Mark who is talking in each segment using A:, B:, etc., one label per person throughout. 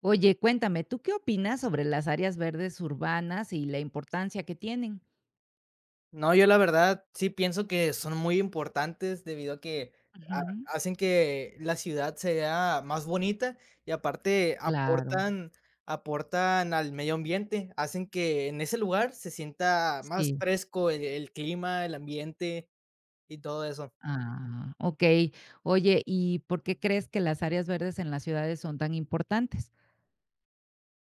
A: Oye, cuéntame, ¿tú qué opinas sobre las áreas verdes urbanas y la importancia que tienen?
B: No, yo la verdad sí pienso que son muy importantes debido a que ha
A: Ujú.
B: hacen que la ciudad sea más bonita y aparte
A: Claro,
B: aportan al medio ambiente, hacen que en ese lugar se sienta más
A: sí.
B: fresco el clima, el ambiente y todo eso.
A: Ah, okey. Oye, ¿y por qué crees que las áreas verdes en las ciudades son tan importantes?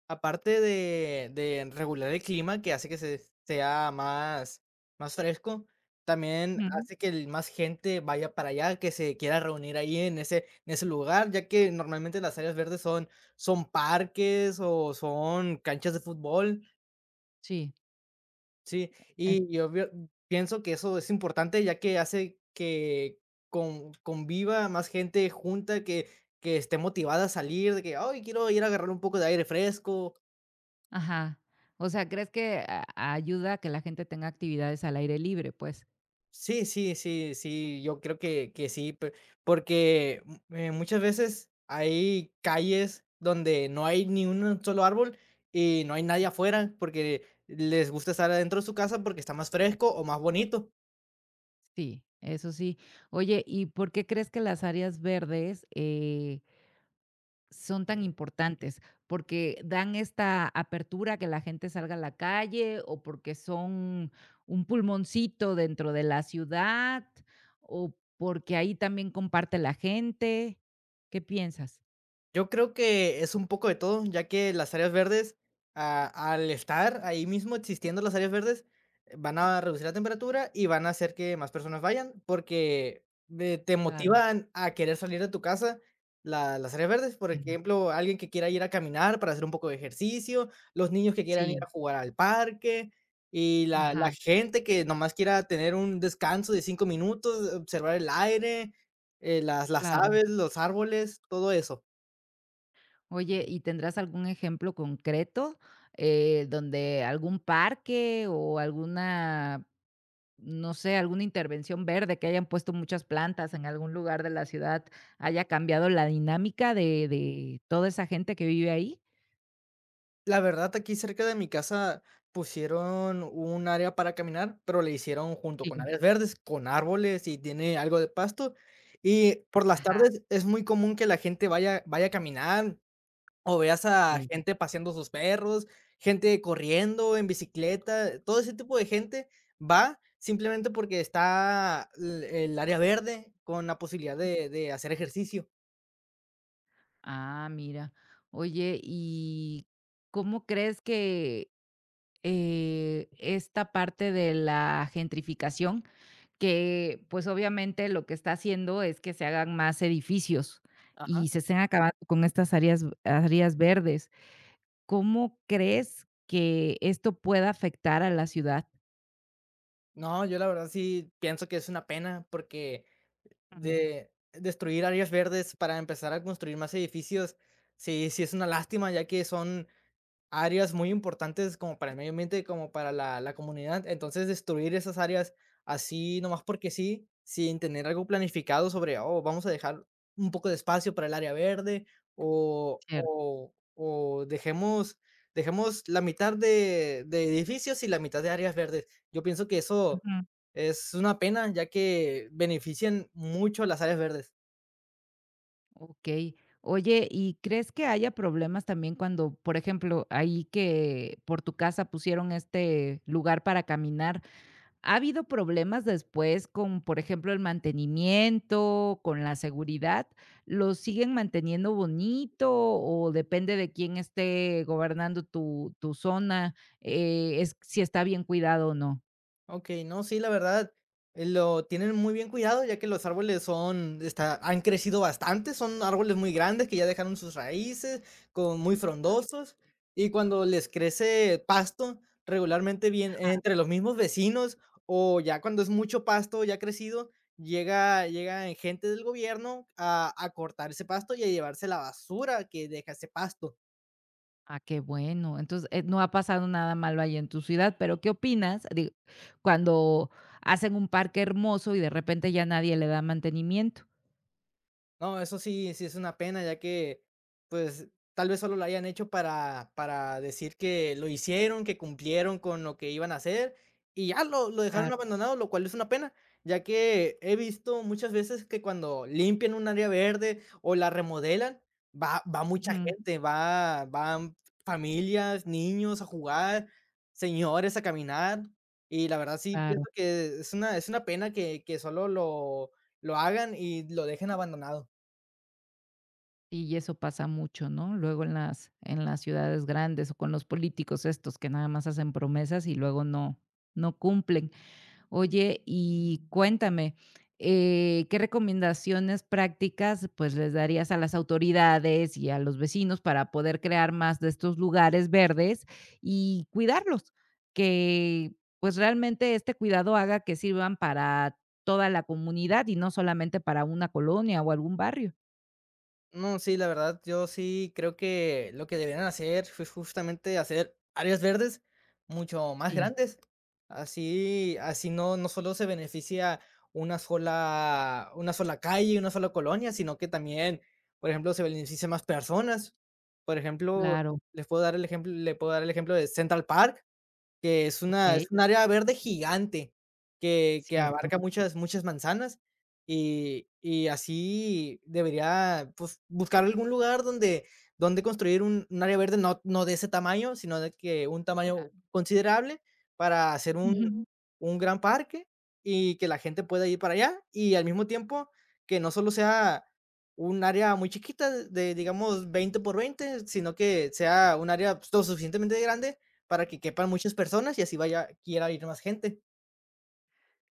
B: Aparte de regular el clima, que hace que se sea más fresco, también
A: Ujú.
B: hace que el más gente vaya para allá, que se quiera reunir ahí en ese lugar, ya que normalmente las áreas verdes son parques o son canchas de fútbol,
A: Sí,
B: sí,
A: en
B: y yo veo pienso que eso es importante, ya que hace que conviva más gente junta, que esté motivada a salir, de que: "Ay, quiero ir a agarrar un poco de aire fresco".
A: ajá. O sea, ¿crees que a ayuda a que la gente tenga actividades al aire libre, pues?
B: Sí, sí, sí, sí, yo creo que sí, pe porque, muchas veces hay calles donde no hay ni un solo árbol y no hay nadie afuera, porque les gusta estar adentro de su casa porque está más fresco o más bonito.
A: Sí, eso sí. Oye, ¿y por qué crees que las áreas verdes, son tan importantes porque dan esta apertura a que la gente salga a la calle o porque son un pulmoncito dentro de la ciudad o porque ahí también comparte la gente. ¿Qué piensas?
B: Yo creo que es un poco de todo, ya que las áreas verdes, a al estar ahí mismo existiendo las áreas verdes, van a reducir la temperatura y van a hacer que más personas vayan, porque de te
A: Claro,
B: motivan a querer salir de tu casa la las áreas verdes. Por
A: ajá,
B: ejemplo, alguien que quiera ir a caminar para hacer un poco de ejercicio, los niños que quieran ir
A: sí,
B: a jugar al parque y la
A: ajá,
B: gente que nomás quiera tener un descanso de 5 minutos, observar el aire, las
A: claro.
B: aves, los árboles, todo eso.
A: Oye, ¿y tendrás algún ejemplo concreto, donde algún parque o alguna... No sé, alguna intervención verde, que hayan puesto muchas plantas en algún lugar de la ciudad, haya cambiado la dinámica de toda esa gente que vive ahí.
B: La verdad, aquí cerca de mi casa pusieron un área para caminar, pero le hicieron junto con
A: Sí.
B: áreas verdes, con árboles y tiene algo de pasto. Y por las
A: Ajá,
B: tardes es muy común que la gente vaya a caminar o veas a
A: okey.
B: gente paseando sus perros, gente corriendo en bicicleta, todo ese tipo de gente va simplemente porque está el área verde con la posibilidad de hacer ejercicio.
A: Ah, mira. Oye, ¿y cómo crees que, esta parte de la gentrificación, que, pues, obviamente lo que está haciendo es que se hagan más edificios
B: Ajá.
A: y se estén acabando con estas áreas verdes? ¿Cómo crees que esto pueda afectar a la ciudad?
B: No, yo la verdad sí pienso que es una pena porque
A: Mm,
B: de destruir áreas verdes para empezar a construir más edificios, sí, sí es una lástima, ya que son áreas muy importantes como para el medio ambiente, como para la comunidad. Entonces, destruir esas áreas así, nomás porque sí, sin tener algo planificado sobre, oh, vamos a dejar un poco de espacio para el área verde
A: cierto,
B: o dejemos, dejemos la mitad de edificios y la mitad de áreas verdes. Yo pienso que eso
A: ujú,
B: es una pena, ya que benefician mucho a las áreas verdes.
A: okey. Oye, ¿y crees que haya problemas también cuando, por ejemplo, ahí que por tu casa pusieron este lugar para caminar? ¿Ha habido problemas después con, por ejemplo, el mantenimiento, con la seguridad? ¿Lo siguen manteniendo bonito o depende de quién esté gobernando tu zona, es si está bien cuidado o no?
B: Okey, no, sí, la verdad, lo tienen muy bien cuidado, ya que los árboles son está han crecido bastante, son árboles muy grandes que ya dejaron sus raíces, con muy frondosos, y cuando les crece pasto, regularmente bien entre los mismos vecinos, o ya cuando es mucho pasto ya crecido, llega gente del gobierno a cortar ese pasto y a llevarse la basura que deja ese pasto.
A: Ah, qué bueno. Entonces, no ha pasado nada malo ahí en tu ciudad, pero ¿qué opinas? Digo, cuando hacen un parque hermoso y de repente ya nadie le da mantenimiento.
B: No, eso sí, sí es una pena, ya que, pues, tal vez solo lo hayan hecho para decir que lo hicieron, que cumplieron con lo que iban a hacer, y ya lo dejaron
A: Claro,
B: abandonado, lo cual es una pena, ya que he visto muchas veces que cuando limpian un área verde o la remodelan, va mucha
A: ujú,
B: gente, va van familias, niños a jugar, señores a caminar, y la verdad sí
A: claro.
B: pienso que es una pena que solo lo hagan y lo dejen abandonado.
A: Sí, y eso pasa mucho, ¿no? Luego en las ciudades grandes o con los políticos estos que nada más hacen promesas y luego no cumplen. Oye, y cuéntame, ¿qué recomendaciones prácticas, pues, les darías a las autoridades y a los vecinos para poder crear más de estos lugares verdes y cuidarlos? Que, pues, realmente este cuidado haga que sirvan para toda la comunidad y no solamente para una colonia o algún barrio.
B: No, sí, la verdad, yo sí creo que lo que deberían hacer es justamente hacer áreas verdes mucho más
A: Sí,
B: grandes. Así, así no, no solo se beneficia una sola calle, una sola colonia, sino que también, por ejemplo, se beneficia más personas. Por ejemplo,
A: claro,
B: les puedo dar el ejemplo, le puedo dar el ejemplo de Central Park, que es una
A: okey,
B: es un área verde gigante que
A: cierto,
B: abarca muchas manzanas, y así debería, pues, buscar algún lugar donde construir un área verde, no de ese tamaño, sino de que un tamaño considerable para hacer
A: claro.
B: un gran parque y que la gente pueda ir para allá, y al mismo tiempo que no solo sea un área muy chiquita de, digamos, 20 por veinte, sino que sea un área, pues, lo suficientemente grande para que quepan muchas personas y así vaya quiera ir más gente.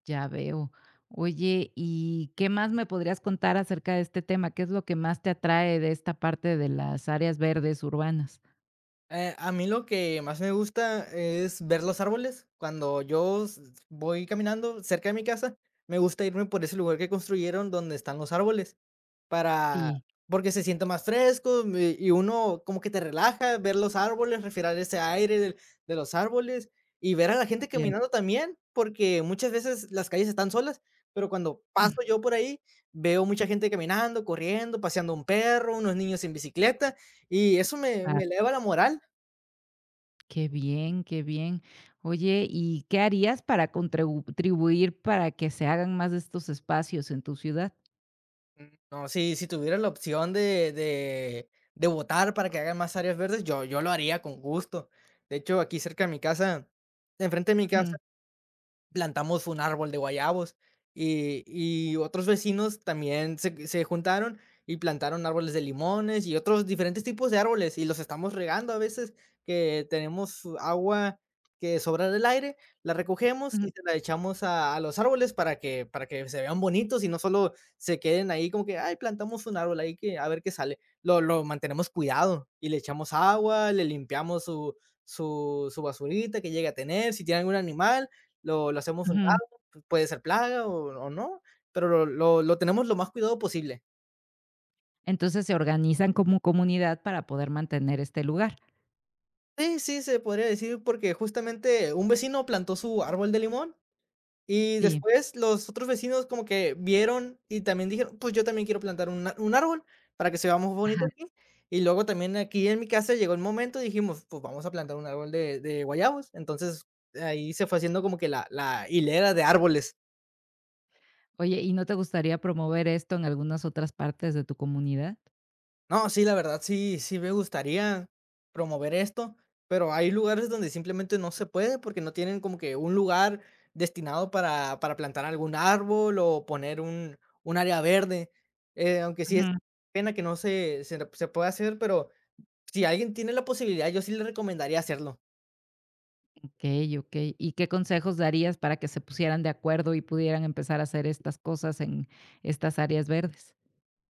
A: Ya veo. Oye, ¿y qué más me podrías contar acerca de este tema? ¿Qué es lo que más te atrae de esta parte de las áreas verdes urbanas?
B: A mí lo que más me gusta es ver los árboles. Cuando voy caminando cerca de mi casa, me gusta irme por ese lugar que construyeron donde están los árboles. Para
A: Sí,
B: Porque se siente más fresco, me y uno como que te relaja ver los árboles, respirar ese aire del de los árboles y ver a la gente
A: bien.
B: caminando también, porque muchas veces las calles están solas, pero cuando
A: Mm,
B: paso yo por ahí, veo mucha gente caminando, corriendo, paseando un perro, unos niños en bicicleta, y eso
A: ah,
B: me eleva la moral.
A: qué bien, qué bien. Oye, ¿y qué harías para contribuir para que se hagan más de estos espacios en tu ciudad?
B: No, si tuviera la opción de votar para que hagan más áreas verdes, yo lo haría con gusto. De hecho, aquí cerca de mi casa, enfrente de mi casa
A: Ujú,
B: plantamos un árbol de guayabos y otros vecinos también se juntaron y plantaron árboles de limones y otros diferentes tipos de árboles y los estamos regando a veces que tenemos agua que sobra del aire, la recogemos y
A: ujú,
B: se la echamos a los árboles para que se vean bonitos y no solo se queden ahí como que: "Ay, plantamos un árbol ahí que a ver qué sale". Lo mantenemos cuidado y le echamos agua, le limpiamos su su basurita que llegue a tener, si tiene algún animal lo hacemos a un
A: ujú.
B: lado, puede ser plaga o no, pero lo tenemos lo más cuidado posible.
A: Entonces se organizan como comunidad para poder mantener este lugar.
B: Sí, sí, se podría decir, porque justamente un vecino plantó su árbol de limón y
A: Sí.
B: después los otros vecinos como que vieron y también dijeron: "Pues yo también quiero plantar un árbol para que se vea más bonito
A: Ajá.
B: aquí". Y luego también aquí en mi casa llegó el momento y dijimos: "Pues vamos a plantar un árbol de guayabos". Entonces, ahí se fue haciendo como que la hilera de árboles.
A: Oye, ¿y no te gustaría promover esto en algunas otras partes de tu comunidad?
B: No, sí, la verdad sí me gustaría promover esto, pero hay lugares donde simplemente no se puede porque no tienen como que un lugar destinado para plantar algún árbol o poner un área verde, aunque sí es pena que no se pueda hacer, pero si alguien tiene la posibilidad, yo sí le recomendaría hacerlo.
A: Okey, okey. ¿Y qué consejos darías para que se pusieran de acuerdo y pudieran empezar a hacer estas cosas en estas áreas verdes?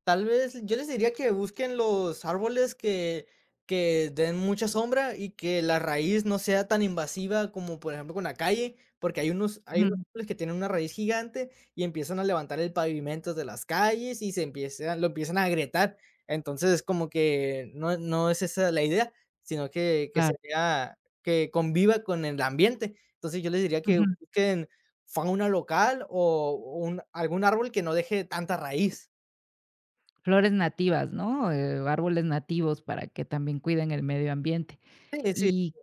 B: Tal vez, yo les diría que busquen los árboles que den mucha sombra y que la raíz no sea tan invasiva como, por ejemplo, con la calle, porque hay unos
A: Ujú,
B: árboles que tienen una raíz gigante y empiezan a levantar el pavimento de las calles y se empieza lo empiezan a agrietar. Entonces, como que no es esa la idea, sino que
A: claro,
B: sería que conviva con el ambiente. Entonces, yo les diría que
A: ujú.
B: busquen fauna local o un algún árbol que no deje tanta raíz.
A: Flores nativas, ¿no? Árboles nativos para que también cuiden el medio ambiente.
B: Sí, sí.
A: ¿Y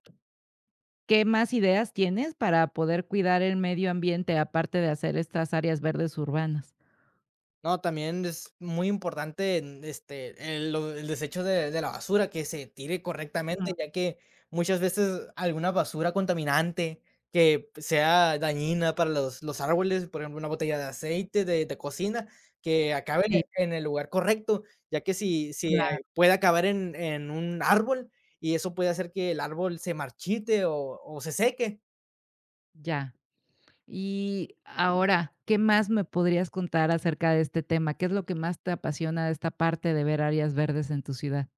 A: qué más ideas tienes para poder cuidar el medio ambiente, aparte de hacer estas áreas verdes urbanas?
B: No, también es muy importante, en, este, el desecho de la basura, que se tire
A: Mm,
B: correctamente, ya que muchas veces alguna basura contaminante que sea dañina para los árboles, por ejemplo, una botella de aceite de cocina, que acabe
A: sí,
B: en el lugar correcto, ya que si
A: claro.
B: puede acabar en un árbol y eso puede hacer que el árbol se marchite o se seque.
A: Ya. Y ahora, ¿qué más me podrías contar acerca de este tema? ¿Qué es lo que más te apasiona de esta parte de ver áreas verdes en tu ciudad?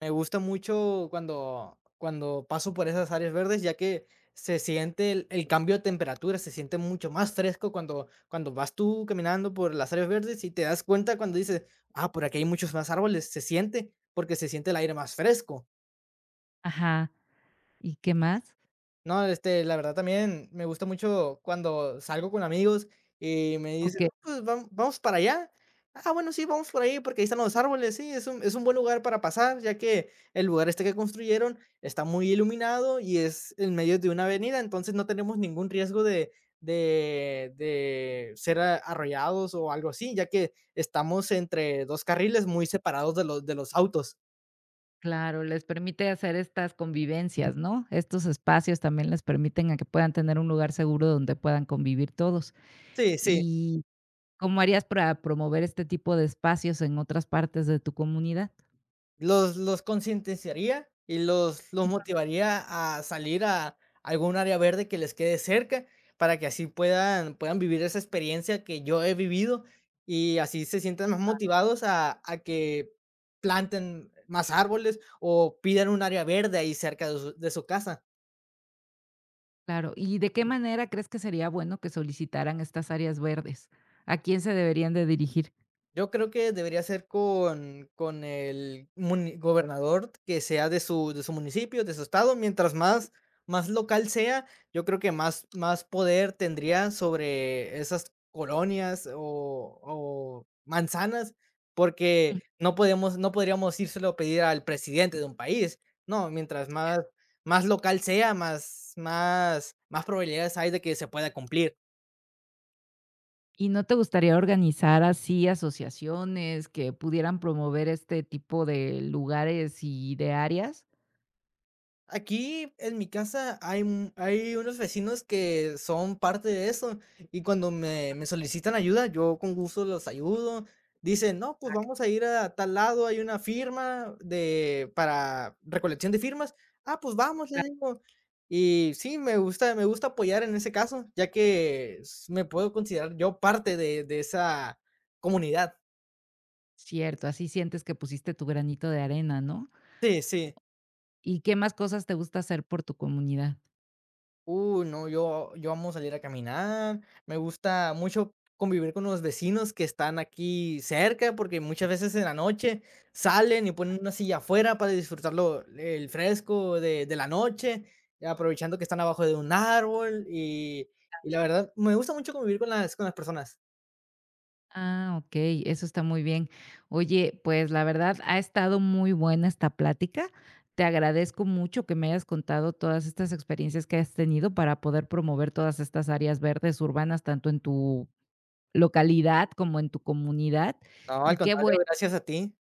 B: Me gusta mucho cuando paso por esas áreas verdes, ya que se siente el cambio de temperatura, se siente mucho más fresco cuando vas tú caminando por las áreas verdes y te das cuenta cuando dices: "Ah, por aquí hay muchos más árboles", se siente, porque se siente el aire más fresco.
A: Ajá, ¿y qué más?
B: No, este, la verdad también me gusta mucho cuando salgo con amigos y me dicen: "No,
A: Okey,
B: pues vamos para allá". "Ah, bueno, sí, vamos por ahí porque ahí están los árboles". Sí, es un buen lugar para pasar, ya que el lugar este que construyeron está muy iluminado y es en medio de una avenida, entonces no tenemos ningún riesgo de ser a arrollados o algo así, ya que estamos entre 2 carriles muy separados de los autos.
A: claro, les permite hacer estas convivencias, ¿no? Estos espacios también les permiten a que puedan tener un lugar seguro donde puedan convivir todos.
B: Sí, sí.
A: ¿Y cómo harías para promover este tipo de espacios en otras partes de tu comunidad?
B: Los concientizaría y los motivaría a salir a algún área verde que les quede cerca, para que así puedan vivir esa experiencia que yo he vivido, y así se sientan más motivados a que planten más árboles, o pidan un área verde ahí cerca de su casa.
A: Claro, ¿y de qué manera crees que sería bueno que solicitaran estas áreas verdes? ¿A quién se deberían de dirigir?
B: Yo creo que debería ser con el muni gobernador que sea de su municipio, de su estado, mientras más más local sea, yo creo que más más poder tendría sobre esas colonias o manzanas,
A: Mm,
B: porque no podríamos írselo a pedir al presidente de un país, no, mientras más más local sea, más probabilidades hay de que se pueda cumplir.
A: ¿y no te gustaría organizar así asociaciones que pudieran promover este tipo de lugares y de áreas?
B: Aquí en mi casa hay unos vecinos que son parte de eso y cuando me solicitan ayuda, yo con gusto los ayudo. Dicen, no, pues vamos a ir a tal lado, hay una firma de, para recolección de firmas. Ah, pues vamos, les digo. Y sí, me gusta apoyar en ese caso, ya que me puedo considerar yo parte de esa comunidad.
A: Cierto, así sientes que pusiste tu granito de arena, ¿no?
B: Sí, sí.
A: ¿Y qué más cosas te gusta hacer por tu comunidad?
B: No, yo amo salir a caminar, me gusta mucho convivir con los vecinos que están aquí cerca, porque muchas veces en la noche salen y ponen una silla afuera para disfrutarlo el fresco de la noche, aprovechando que están abajo de un árbol, y la verdad me gusta mucho convivir con las personas.
A: Ah, ok, eso está muy bien. Oye, pues la verdad ha estado muy buena esta plática. Te agradezco mucho que me hayas contado todas estas experiencias que has tenido para poder promover todas estas áreas verdes urbanas, tanto en tu localidad como en tu comunidad.
B: No,
A: Y
B: al
A: qué
B: contrario,
A: bueno.
B: gracias a ti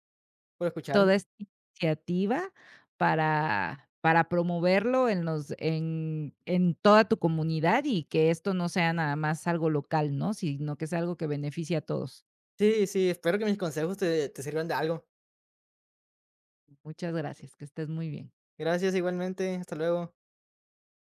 B: por escucharme.
A: Toda esta iniciativa para promoverlo en los en toda tu comunidad y que esto no sea nada más algo local, ¿no? Sino que es algo que beneficie a todos.
B: Sí, sí, espero que mis consejos te sirvan de algo.
A: Muchas gracias, que estés muy bien.
B: Gracias igualmente, hasta luego.